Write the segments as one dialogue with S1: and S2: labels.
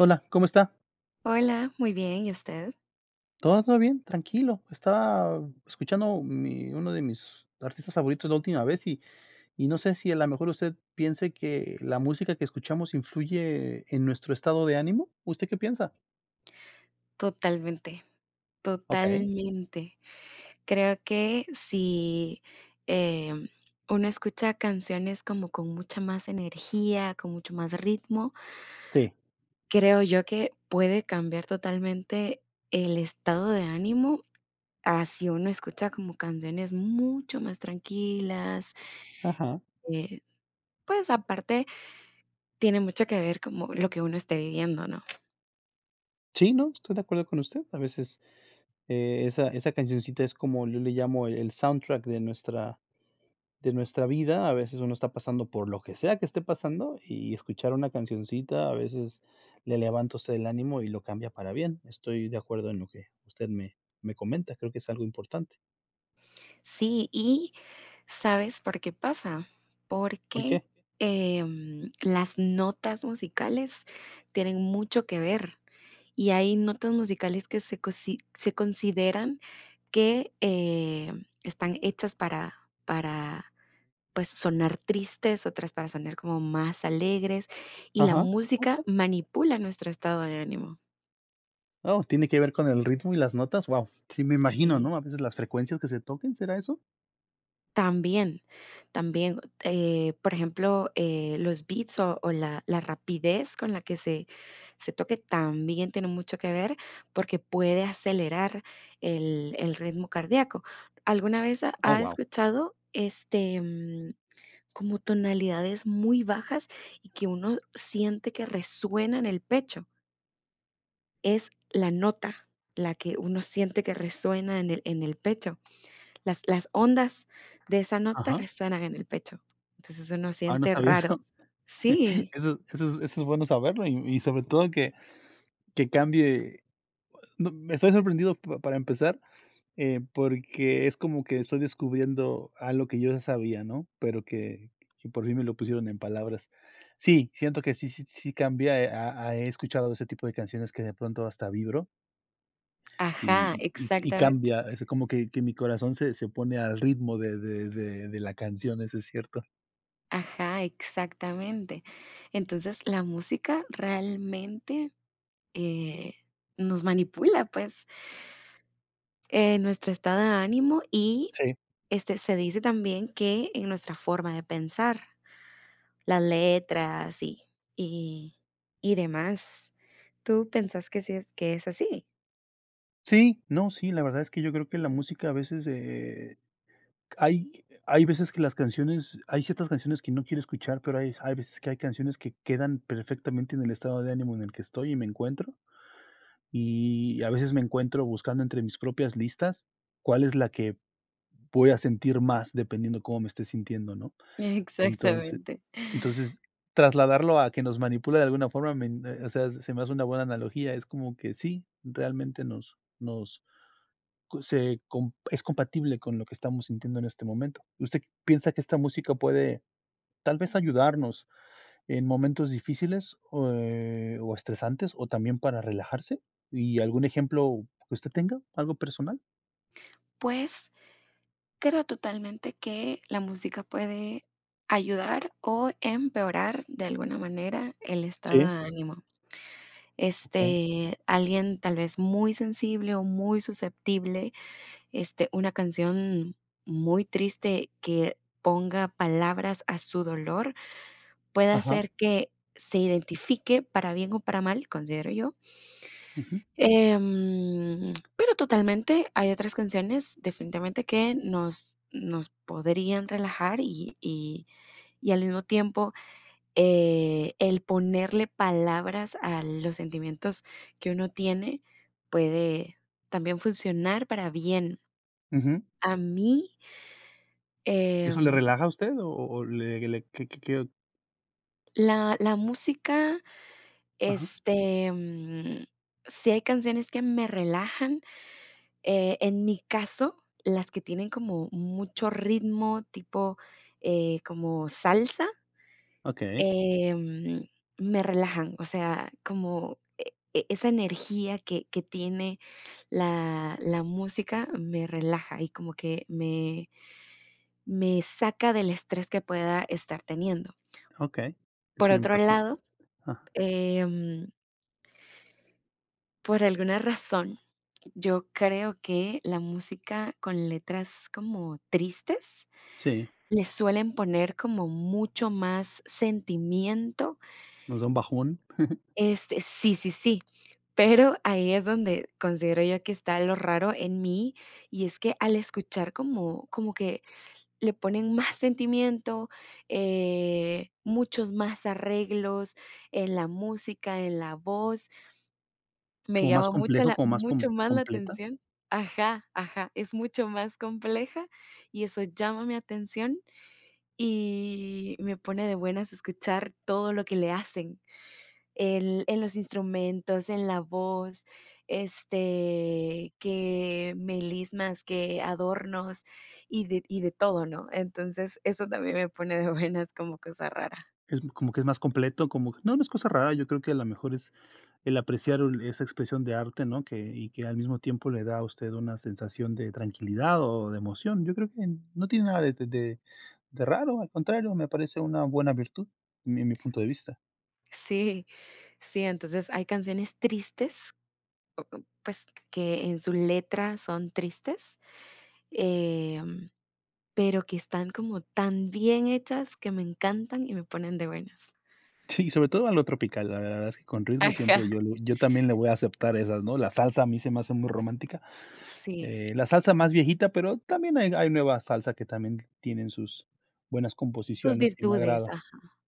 S1: Hola, ¿cómo está?
S2: Hola, muy bien, ¿y usted?
S1: Todo bien, tranquilo. Estaba escuchando mi uno de mis artistas favoritos la última vez y no sé si a lo mejor usted piense que la música que escuchamos influye en nuestro estado de ánimo, ¿usted qué piensa?
S2: Totalmente,
S1: Okey,
S2: totalmente. Creo que si em, uno escucha canciones como con mucha más energía, con mucho más ritmo,
S1: sí,
S2: creo yo que puede cambiar totalmente el estado de ánimo a si uno escucha como canciones mucho más tranquilas.
S1: ajá.
S2: eh, pues aparte tiene mucho que ver como lo que uno esté viviendo, ¿no?
S1: Sí, no, estoy de acuerdo con usted. A veces, esa cancioncita es como yo le llamo el soundtrack de nuestra vida, a veces uno está pasando por lo que sea que esté pasando y escuchar una cancioncita a veces le levanta a usted el ánimo y lo cambia para bien. Estoy de acuerdo en lo que usted me comenta, creo que es algo importante.
S2: Sí. ¿Y sabes por qué pasa?
S1: ¿Por
S2: Porque,
S1: qué?
S2: las notas musicales tienen mucho que ver, y hay notas musicales que se cosi se consideran que, están hechas para, pues, sonar tristes, otras para sonar como más alegres, y la
S1: Ajá, ok.
S2: música manipula nuestro estado de ánimo.
S1: Oh, ¿tiene que ver con el ritmo y las notas? Wow, sí, me imagino,
S2: Sí.
S1: ¿no? A veces las frecuencias que se toquen, ¿será eso?
S2: También, también, por ejemplo, los beats o la rapidez con la que se toque también tiene mucho que ver porque puede acelerar el ritmo cardíaco. ¿Alguna vez
S1: Oh,
S2: ha
S1: wow.
S2: escuchado este, como tonalidades muy bajas y que uno siente que resuena en el pecho? Es la nota la que uno siente que resuena en en el pecho. Las ondas de esa nota
S1: Ajá.
S2: resuenan en el pecho. Entonces, uno
S1: Ah, no
S2: siente
S1: sabía
S2: raro.
S1: eso.
S2: Sí,
S1: Eso es bueno saberlo y sobre todo que cambie, no, me estoy sorprendido pa para empezar. Porque es como que estoy descubriendo algo que yo ya sabía, ¿no? Pero que por fin me lo pusieron en palabras. Sí, siento que sí cambia, he escuchado ese tipo de canciones que de pronto hasta vibro
S2: ajá,
S1: y
S2: exactamente,
S1: cambia, es como que mi corazón se pone al ritmo de la canción, eso es cierto.
S2: ajá, exactamente. Entonces, la música realmente, eh, nos manipula, pues, en nuestro estado de ánimo y,
S1: Sí.
S2: este, se dice también que en nuestra forma de pensar, las letras y y demás. ¿Tú pensás que sí es que es así?
S1: Sí, no, sí, la verdad es que yo creo que la música a veces, hay veces que las canciones hay ciertas canciones que no quiero escuchar, pero hay veces que hay canciones que quedan perfectamente en el estado de ánimo en el que estoy y me encuentro, y a veces me encuentro buscando entre mis propias listas cuál es la que voy a sentir más dependiendo cómo me esté sintiendo, ¿no? Entonces
S2: Exactamente.
S1: entonces, trasladarlo a que nos manipula de alguna forma, me o sea, se me hace una buena analogía, es como que sí, realmente nos nos co se com es compatible con lo que estamos sintiendo en este momento. ¿Usted piensa que esta música puede, tal vez, ayudarnos en momentos difíciles, o estresantes, o también para relajarse? ¿Y algún ejemplo que usted tenga, algo personal?
S2: Pues creo totalmente que la música puede ayudar o empeorar de alguna manera el estado
S1: Sí,
S2: de ánimo.
S1: okey.
S2: Este, alguien tal vez muy sensible o muy susceptible, este, una canción muy triste que ponga palabras a su dolor puede
S1: Ajá,
S2: hacer que se identifique para bien o para mal, considero yo.
S1: ujú,
S2: Pero totalmente, hay otras canciones definitivamente que nos podrían relajar y al mismo tiempo el ponerle palabras a los sentimientos que uno tiene puede también funcionar para bien.
S1: ujú.
S2: A mí,
S1: ¿Eso le
S2: em,
S1: relaja a usted o le qué qué?
S2: la música,
S1: Ajá,
S2: este, sí hay canciones que me relajan. En mi caso, las que tienen como mucho ritmo, tipo, como salsa,
S1: okey,
S2: em, me relajan, o sea, como esa energía que tiene la música me relaja y como que me saca del estrés que pueda estar teniendo.
S1: okey.
S2: Por
S1: Es un
S2: otro
S1: impacto.
S2: lado,
S1: Ajá,
S2: em, por alguna razón, yo creo que la música con letras como tristes
S1: sí,
S2: le suelen poner como mucho más sentimiento.
S1: nos da un bajón,
S2: Este, sí, sí, sí, pero ahí es donde considero yo que está lo raro en mí, y es que al escuchar como que le ponen más sentimiento, muchos más arreglos en la música, en la voz, me
S1: como más
S2: llama
S1: complejo, como más
S2: mucho más la
S1: completa.
S2: atención. Ajá, ajá, es mucho más compleja y eso llama mi atención. Y me pone de buenas escuchar todo lo que le hacen el en los instrumentos, en la voz, este, que melismas, que adornos y de todo, ¿no? Entonces, eso también me pone de buenas como cosa rara.
S1: Es como que es más completo, como que no, no es cosa rara, yo creo que a la mejor es el apreciar el esa expresión de arte, ¿no? Que y que al mismo tiempo le da a usted una sensación de tranquilidad o de emoción. Yo creo que no tiene nada de raro, al contrario, me parece una buena virtud, en mi punto de vista.
S2: Sí, sí, entonces hay canciones tristes, o, pues que en su letra son tristes, em, pero que están como tan bien hechas que me encantan y me ponen de buenas.
S1: Sí, y sobre todo a lo tropical, la verdad es que con ritmo
S2: Ajá.
S1: siempre yo también le voy a aceptar esas, ¿no? La salsa a mí se me hace muy romántica,
S2: Sí,
S1: la salsa más viejita, pero también hay nueva salsa que también tienen sus buenas
S2: sus
S1: composiciones y me
S2: virtudes,
S1: agrada.
S2: ajá.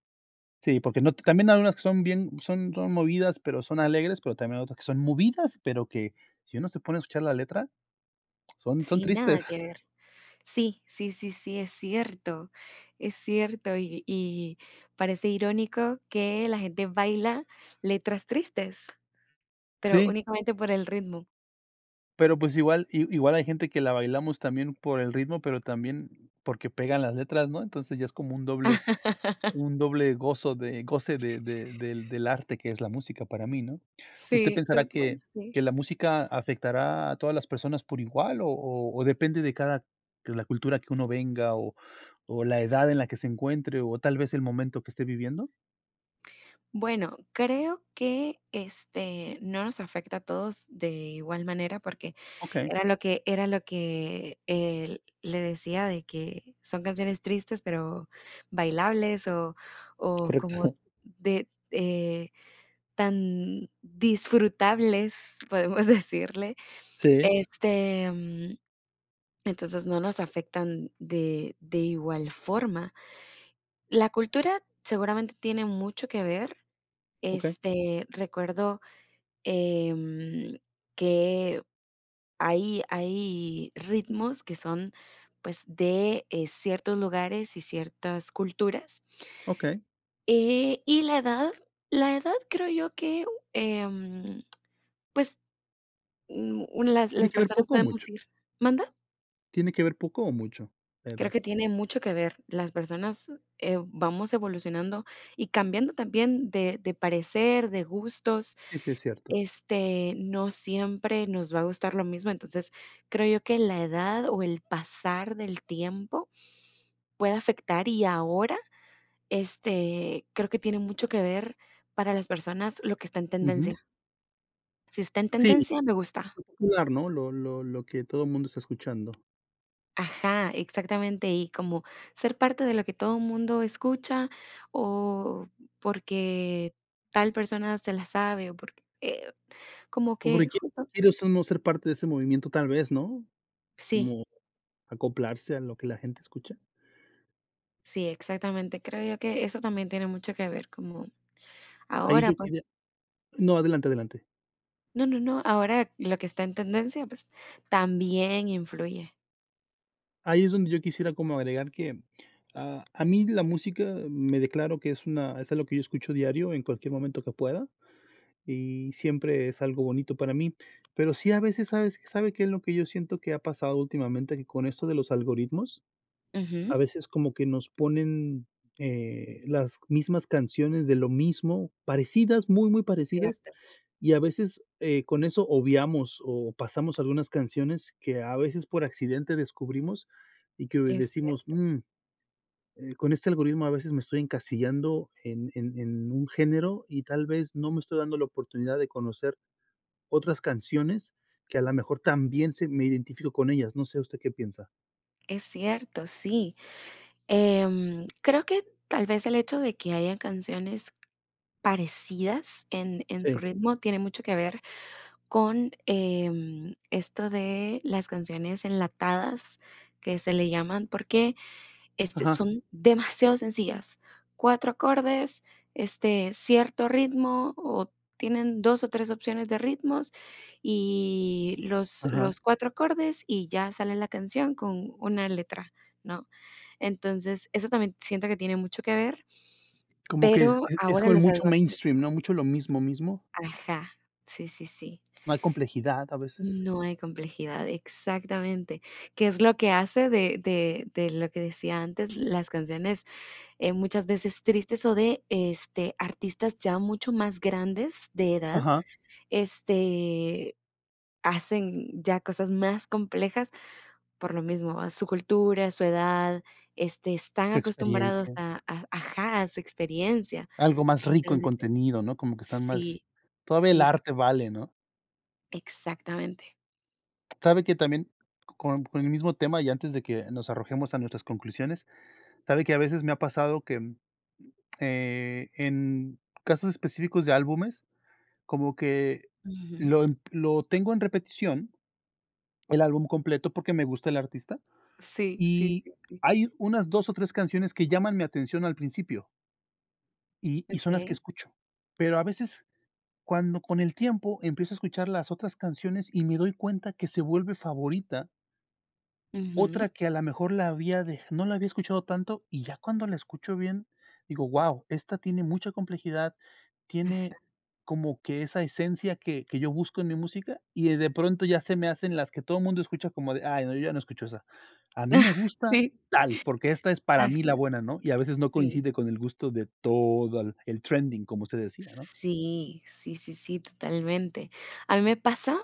S1: Sí, porque no también hay unas que son bien son son movidas, pero son alegres, pero también hay otras que son movidas, pero que si uno se pone a escuchar la letra, son
S2: Sí, nada
S1: tristes.
S2: que ver. Sí, sí, sí, sí, es cierto, y parece irónico que la gente baila letras tristes, pero
S1: Sí,
S2: únicamente por el ritmo.
S1: pero, pues, igual hay gente que la bailamos también por el ritmo, pero también porque pegan las letras, ¿no? Entonces, ya es como un doble. Un doble gozo de goce de del arte que es la música para mí, ¿no? ¿Usted
S2: Sí,
S1: pensará
S2: total, sí.
S1: que la música afectará a todas las personas por igual o o depende de cada de la cultura que uno venga o la edad en la que se encuentre o tal vez el momento que esté viviendo?
S2: Bueno, creo que, este, no nos afecta a todos de igual manera, porque
S1: Okey,
S2: era lo que, le decía de que son canciones tristes, pero bailables o como
S1: correcto.
S2: de, tan disfrutables, podemos decirle.
S1: Sí,
S2: Este, entonces no nos afectan de igual forma. La cultura seguramente tiene mucho que ver.
S1: okey,
S2: Este, recuerdo em, que hay ritmos que son pues de ciertos lugares y ciertas culturas.
S1: okey.
S2: Y la edad creo yo que em, pues
S1: ¿Tiene
S2: las
S1: que ver
S2: personas
S1: poco o
S2: podemos
S1: mucho?
S2: ir. ¿Manda?
S1: ¿Tiene que ver poco o mucho la
S2: Creo
S1: edad?
S2: que tiene mucho que ver. Las personas vamos evolucionando y cambiando también de parecer, de gustos.
S1: Sí, sí, es cierto.
S2: Este, no siempre nos va a gustar lo mismo. Entonces, creo yo que la edad o el pasar del tiempo puede afectar y ahora, este, creo que tiene mucho que ver para las personas lo que está en
S1: Ujú.
S2: tendencia. Si está en
S1: Sí,
S2: tendencia, me gusta.
S1: lo popular, ¿no? Lo que todo el mundo está escuchando.
S2: Ajá, exactamente. Y como ser parte de lo que todo el mundo escucha o porque tal persona se la sabe o porque, como
S1: O
S2: que
S1: porque
S2: justo,
S1: quiere usted no ser parte de ese movimiento, tal vez, ¿no?
S2: sí.
S1: Como acoplarse a lo que la gente escucha.
S2: Sí, exactamente. Creo yo que eso también tiene mucho que ver, como
S1: Ahí
S2: ahora,
S1: yo quería
S2: pues,
S1: no, adelante, adelante.
S2: no, ahora lo que está en tendencia, pues, también influye.
S1: Ahí es donde yo quisiera como agregar que, ah, a mí la música me declaro que es algo que yo escucho diario en cualquier momento que pueda, y siempre es algo bonito para mí. Pero sí, a veces, ¿sabes? ¿Sabe qué es lo que yo siento que ha pasado últimamente? Que con esto de los algoritmos,
S2: Ujú,
S1: a veces como que nos ponen, las mismas canciones de lo mismo, parecidas, muy, muy parecidas,
S2: cierto,
S1: y a veces, con eso obviamos o pasamos algunas canciones que a veces por accidente descubrimos y que
S2: es
S1: decimos:
S2: cierto,
S1: "Mm, con este algoritmo a veces me estoy encasillando en un género y tal vez no me estoy dando la oportunidad de conocer otras canciones que a la mejor también se me identifico con ellas", no sé, ¿usted qué piensa?
S2: es cierto, sí. Creo que tal vez el hecho de que haya canciones parecidas en su
S1: Sí,
S2: ritmo tiene mucho que ver con, esto de las canciones enlatadas que se le llaman, porque este,
S1: ajá,
S2: son demasiado sencillas. Cuatro acordes, este, cierto ritmo, o tienen 2 o 3 opciones de ritmos, y los
S1: ajá.
S2: los 4 acordes, y ya sale la canción con una letra, ¿no? Entonces, eso también siento que tiene mucho que ver,
S1: Como que es
S2: pero
S1: es
S2: ahora
S1: como
S2: los
S1: mucho
S2: algoritmos
S1: mainstream, ¿no? Mucho lo mismo, mismo.
S2: ajá, sí, sí, sí.
S1: No hay complejidad a veces.
S2: No hay complejidad, exactamente, qué es lo que hace de lo que decía antes, las canciones muchas veces tristes o de este, artistas ya mucho más grandes de edad,
S1: Ajá,
S2: este, hacen ya cosas más complejas por lo mismo, a su cultura, a su edad, este, están
S1: tu
S2: acostumbrados
S1: experiencia.
S2: ajá, a su experiencia.
S1: Algo más rico en
S2: Realmente,
S1: contenido, ¿no? Como que están más
S2: sí,
S1: todavía el
S2: sí,
S1: arte vale, ¿no?
S2: exactamente.
S1: Sabe que también con el mismo tema, y antes de que nos arrojemos a nuestras conclusiones, sabe que a veces me ha pasado que, mm, en casos específicos de álbumes, como que
S2: Ujú.
S1: lo tengo en repetición, el álbum completo, porque me gusta el artista.
S2: Sí, sí,
S1: Y
S2: sí, sí.
S1: hay unas 2 o 3 canciones que llaman mi atención al principio, y son las que
S2: Ok.
S1: escucho. Pero a veces, cuando con el tiempo empiezo a escuchar las otras canciones y me doy cuenta que se vuelve favorita
S2: Ujú.
S1: otra que a lo mejor la había dej no la había escuchado tanto, y ya cuando la escucho bien, digo: "Guau, esta tiene mucha complejidad, tiene como que esa esencia que yo busco en mi música", y de pronto ya se me hacen las que todo el mundo escucha como de: "Ay, no, yo ya no escucho esa. A mí me gusta
S2: Sí,
S1: tal, porque esta es para mí
S2: ajá,
S1: la buena", ¿no? Y a veces no
S2: sí.
S1: coincide con el gusto de todo el trending, como usted decía, ¿no?
S2: Sí, sí, sí, sí, totalmente. A mí me pasa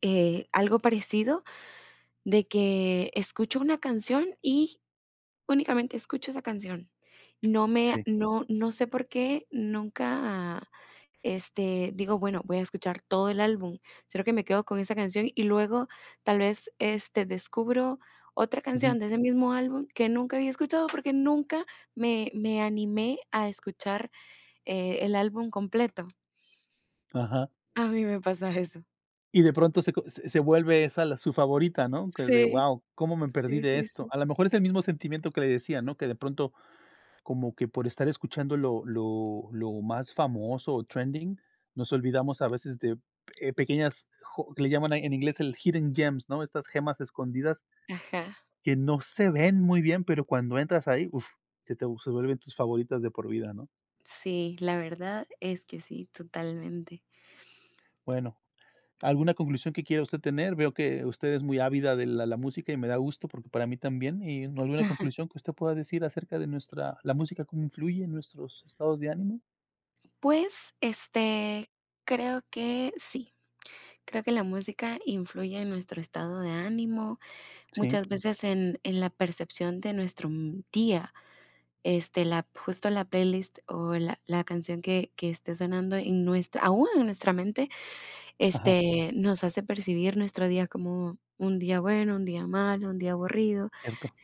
S2: algo parecido de que escucho una canción y únicamente escucho esa canción.
S1: Sí.
S2: No sé por qué nunca, este, digo, bueno, voy a escuchar todo el álbum, sino que me quedo con esa canción y luego tal vez, este, descubro otra
S1: Ujú.
S2: canción de ese mismo álbum que nunca había escuchado porque nunca me animé a escuchar el álbum completo.
S1: Ajá.
S2: A mí me pasa eso.
S1: Y de pronto se co se se vuelve esa la su favorita, ¿no? Que de:
S2: Sí,
S1: wow, ¿cómo me perdí
S2: sí,
S1: de
S2: sí,
S1: esto?".
S2: sí.
S1: A lo mejor es el mismo sentimiento que le decía, ¿no? Que de pronto como que por estar escuchando lo más famoso o trending, nos olvidamos a veces de, pequeñas jo que le llaman en inglés el hidden gems, ¿no? Estas gemas escondidas
S2: Ajá.
S1: que no se ven muy bien, pero cuando entras ahí, uf, se vuelven tus favoritas de por vida, ¿no?
S2: Sí, la verdad es que sí, totalmente.
S1: Bueno, ¿alguna conclusión que quiera usted tener? Veo que usted es muy ávida de la música y me da gusto porque para mí también, y no alguna conclusión que usted pueda decir acerca de nuestra la música, cómo influye en nuestros estados de ánimo.
S2: Pues, este, creo que sí, creo que la música influye en nuestro estado de ánimo,
S1: Sí,
S2: muchas veces en la percepción de nuestro día. Este, justo la playlist o la canción que esté sonando en nuestra, aún en nuestra mente,
S1: ajá,
S2: este, nos hace percibir nuestro día como un día bueno, un día malo, un día aburrido.
S1: cierto,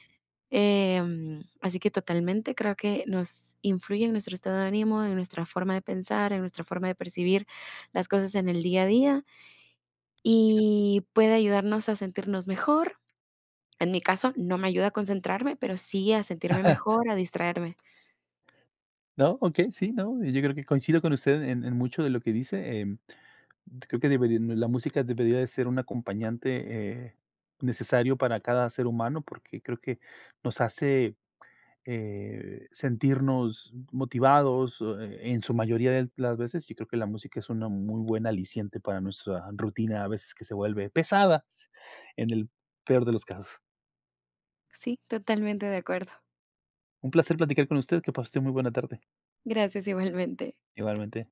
S2: Así que totalmente creo que nos influye en nuestro estado de ánimo, en nuestra forma de pensar, en nuestra forma de percibir las cosas en el día a día
S1: cierto.
S2: y puede ayudarnos a sentirnos mejor. En mi caso, no me ayuda a concentrarme, pero sí a sentirme mejor, a distraerme.
S1: No, okey, sí, no, yo creo que coincido con usted en mucho de lo que dice, em, creo que debería la música debería de ser un acompañante, necesario para cada ser humano, porque creo que nos hace eh, sentirnos motivados, en su mayoría de las veces, yo creo que la música es una muy buena aliciente para nuestra rutina, a veces que se vuelve pesada, en el peor de los casos.
S2: Sí, totalmente de acuerdo.
S1: Un placer platicar con usted, que pase muy buena tarde.
S2: Gracias igualmente.
S1: Igualmente.